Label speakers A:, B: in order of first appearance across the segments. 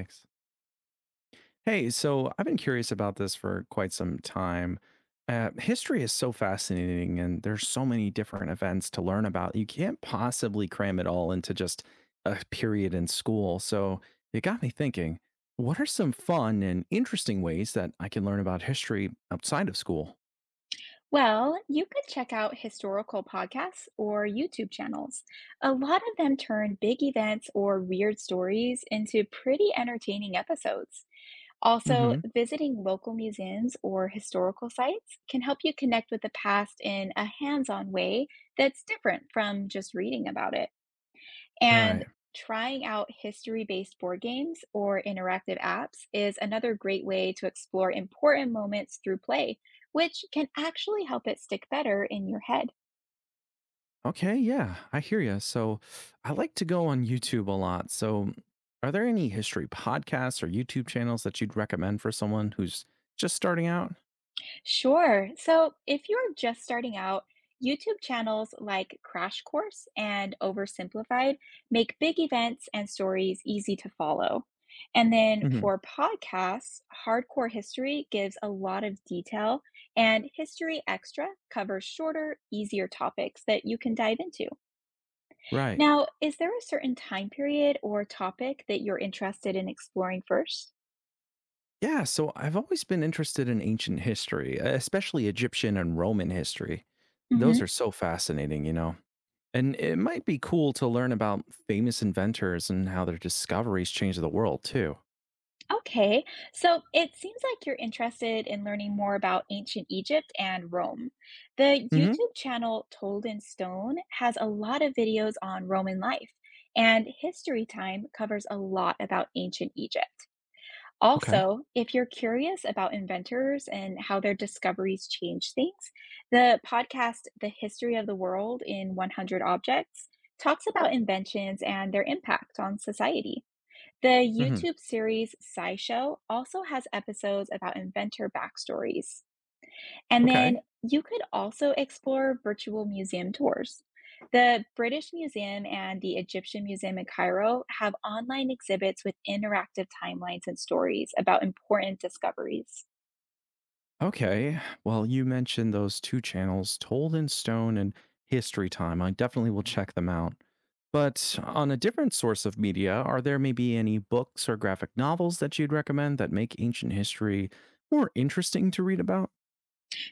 A: Thanks. Hey, so I've been curious about this for quite some time. History is so fascinating, and there's so many different events to learn about. You can't possibly cram it all into just a period in school. So it got me thinking, what are some fun and interesting ways that I can learn about history outside of school?
B: Well, you could check out historical podcasts or YouTube channels. A lot of them turn big events or weird stories into pretty entertaining episodes. Also,
A: Hmm.
B: visiting local museums or historical sites can help you connect with the past in a hands on way that's different from just reading about it. And
A: Right.
B: trying out history based board games or interactive apps is another great way to explore important moments through play, which can actually help it stick better in your head.
A: Okay, yeah, I hear you. So I like to go on YouTube a lot. So are there any history podcasts or YouTube channels that you'd recommend for someone who's just starting out?
B: Sure. So if you're just starting out, YouTube channels like Crash Course and Oversimplified make big events and stories easy to follow. And then
A: Hmm.
B: for podcasts, Hardcore History gives a lot of detail, and History Extra covers shorter, easier topics that you can dive into.
A: Right.
B: Now, is there a certain time period or topic that you're interested in exploring 1st?
A: Yeah, so I've always been interested in ancient history, especially Egyptian and Roman history. Those are so fascinating, you know. And it might be cool to learn about famous inventors and how their discoveries changed the world, too.
B: Okay, so it seems like you're interested in learning more about ancient Egypt and Rome. The
A: Hmm.
B: YouTube channel Told in Stone has a lot of videos on Roman life, and History Time covers a lot about ancient Egypt.
A: Okay.
B: Also, if you're curious about inventors and how their discoveries change things, the podcast The History of the World in 100 Objects talks about inventions and their impact on society. The
A: Hmm.
B: YouTube series SciShow also has episodes about inventor backstories. And then
A: Okay.
B: you could also explore virtual museum tours. The British Museum and the Egyptian Museum in Cairo have online exhibits with interactive timelines and stories about important discoveries.
A: Okay. Well, you mentioned those two channels, Told in Stone and History Time. I definitely will check them out. But on a different source of media, are there maybe any books or graphic novels that you'd recommend that make ancient history more interesting to read about?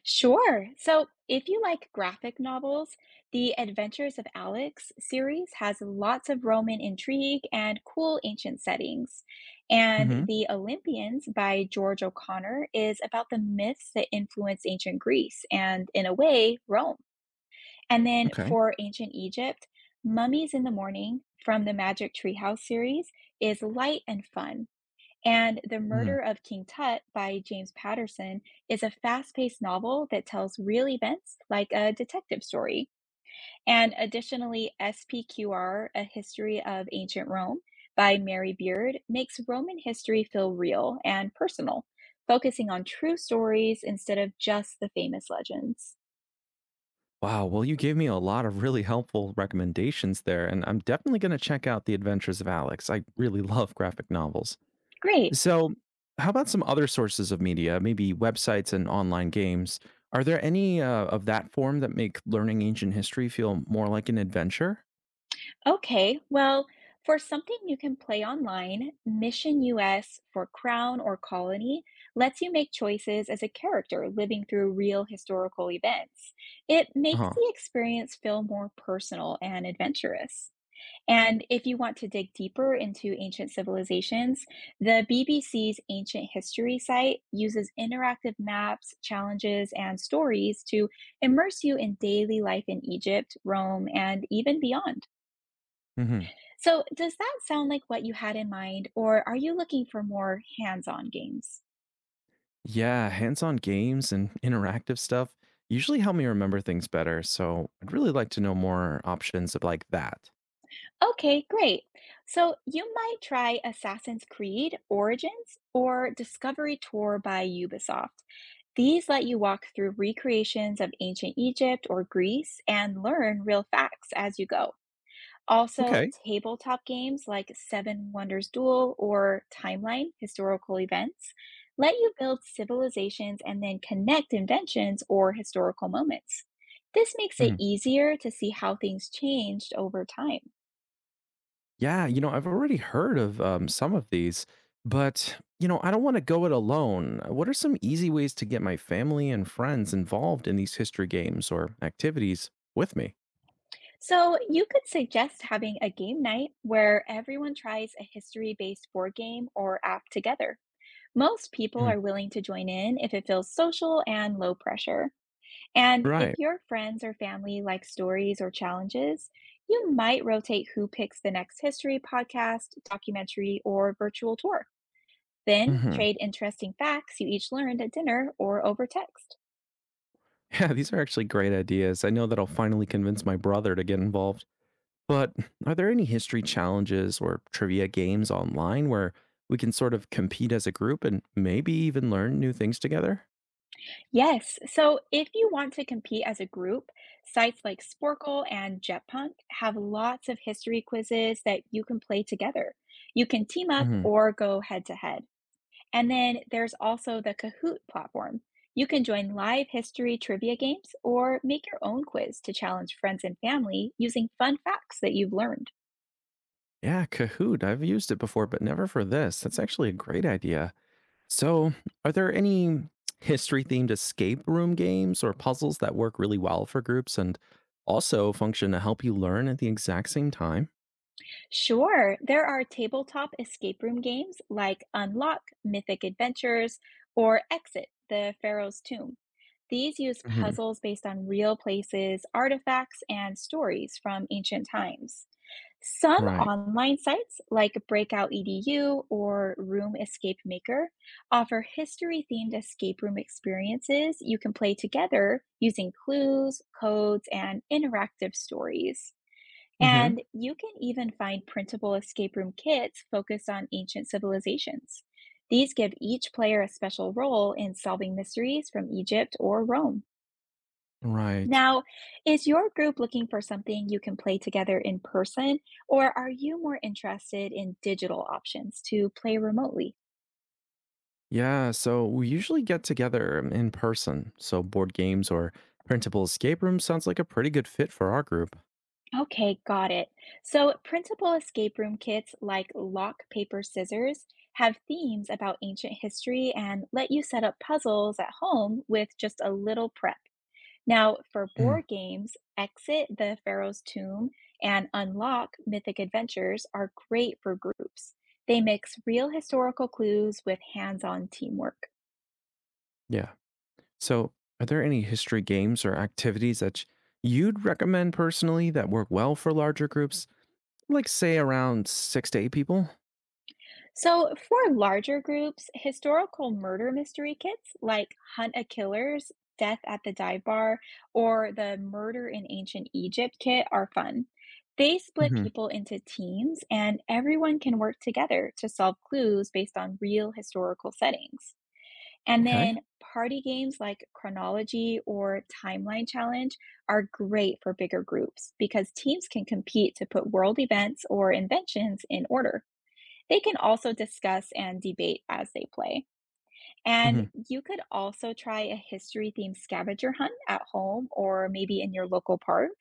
B: Sure. So, if you like graphic novels, the Adventures of Alex series has lots of Roman intrigue and cool ancient settings. And
A: Hmm.
B: The Olympians by George O'Connor is about the myths that influenced ancient Greece and, in a way, Rome. And then
A: Okay.
B: for ancient Egypt, Mummies in the Morning from the Magic Treehouse series is light and fun. And The
A: Hmm.
B: Murder of King Tut by James Patterson is a fast paced novel that tells real events like a detective story. And additionally, SPQR, A History of Ancient Rome by Mary Beard, makes Roman history feel real and personal, focusing on true stories instead of just the famous legends.
A: Wow. Well, you gave me a lot of really helpful recommendations there, and I'm definitely going to check out The Adventures of Alex. I really love graphic novels.
B: Great.
A: So, how about some other sources of media, maybe websites and online games? Are there any of that form that make learning ancient history feel more like an adventure?
B: Okay, well, for something you can play online, Mission US for Crown or Colony lets you make choices as a character living through real historical events. It makes
A: Huh.
B: the experience feel more personal and adventurous. And if you want to dig deeper into ancient civilizations, the BBC's Ancient History site uses interactive maps, challenges, and stories to immerse you in daily life in Egypt, Rome, and even beyond.
A: Hmm.
B: So, does that sound like what you had in mind, or are you looking for more hands on games?
A: Yeah, hands-on games and interactive stuff usually help me remember things better. So, I'd really like to know more options of like that.
B: Okay, great. So, you might try Assassin's Creed Origins or Discovery Tour by Ubisoft. These let you walk through recreations of ancient Egypt or Greece and learn real facts as you go. Also,
A: Okay.
B: tabletop games like Seven Wonders Duel or Timeline, historical events, let you build civilizations and then connect inventions or historical moments. This makes it easier to see how things changed over time.
A: Yeah, you know, I've already heard of some of these, but, you know, I don't want to go it alone. What are some easy ways to get my family and friends involved in these history games or activities with me?
B: So, you could suggest having a game night where everyone tries a history based board game or app together. Most people
A: Mm.
B: are willing to join in if it feels social and low pressure. And if
A: Right.
B: your friends or family like stories or challenges, you might rotate who picks the next history podcast, documentary, or virtual tour. Then
A: Hmm.
B: trade interesting facts you each learned at dinner or over text.
A: Yeah, these are actually great ideas. I know that I'll finally convince my brother to get involved. But are there any history challenges or trivia games online where we can sort of compete as a group and maybe even learn new things together?
B: Yes, so if you want to compete as a group, sites like Sporkle and Jetpunk have lots of history quizzes that you can play together. You can team up or go head to head. And then there's also the Kahoot platform. You can join live history trivia games or make your own quiz to challenge friends and family using fun facts that you've learned.
A: Yeah, Kahoot. I've used it before, but never for this. That's actually a great idea. So, are there any history themed escape room games or puzzles that work really well for groups and also function to help you learn at the exact same time?
B: Sure, there are tabletop escape room games like Unlock, Mythic Adventures, or Exit, the Pharaoh's Tomb. These use
A: Hmm.
B: puzzles based on real places, artifacts, and stories from ancient times. Some
A: Right.
B: online sites, like Breakout EDU or Room Escape Maker, offer history themed escape room experiences you can play together using clues, codes, and interactive stories.
A: Hmm.
B: And you can even find printable escape room kits focused on ancient civilizations. These give each player a special role in solving mysteries from Egypt or Rome.
A: Right.
B: Now, is your group looking for something you can play together in person, or are you more interested in digital options to play remotely?
A: Yeah. So, we usually get together in person. So, board games or printable escape rooms sounds like a pretty good fit for our group.
B: Okay, got it. So, printable escape room kits like Lock, Paper, Scissors have themes about ancient history and let you set up puzzles at home with just a little prep. Now, for
A: Mhm.
B: board games, Exit the Pharaoh's Tomb and Unlock Mythic Adventures are great for groups. They mix real historical clues with hands on teamwork.
A: Yeah. So, are there any history games or activities you'd recommend personally that work well for larger groups, like say around six to eight people?
B: So, for larger groups, historical murder mystery kits like Hunt a Killer's Death at the Dive Bar or the Murder in Ancient Egypt kit are fun. They split
A: Hmm.
B: people into teams, and everyone can work together to solve clues based on real historical settings. And
A: Okay.
B: then party games like Chronology or Timeline Challenge are great for bigger groups because teams can compete to put world events or inventions in order. They can also discuss and debate as they play. And
A: Hmm.
B: you could also try a history themed scavenger hunt at home or maybe in your local park.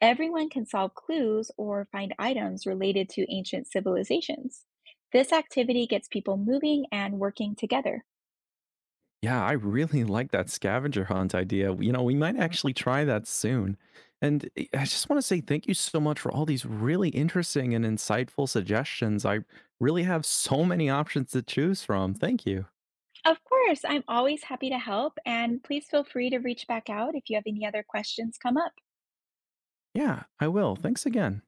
B: Everyone can solve clues or find items related to ancient civilizations. This activity gets people moving and working together.
A: Yeah, I really like that scavenger hunt idea. You know, we might actually try that soon. And I just want to say thank you so much for all these really interesting and insightful suggestions. I really have so many options to choose from. Thank you.
B: Of course, I'm always happy to help, and please feel free to reach back out if you have any other questions come up.
A: Yeah, I will. Thanks again.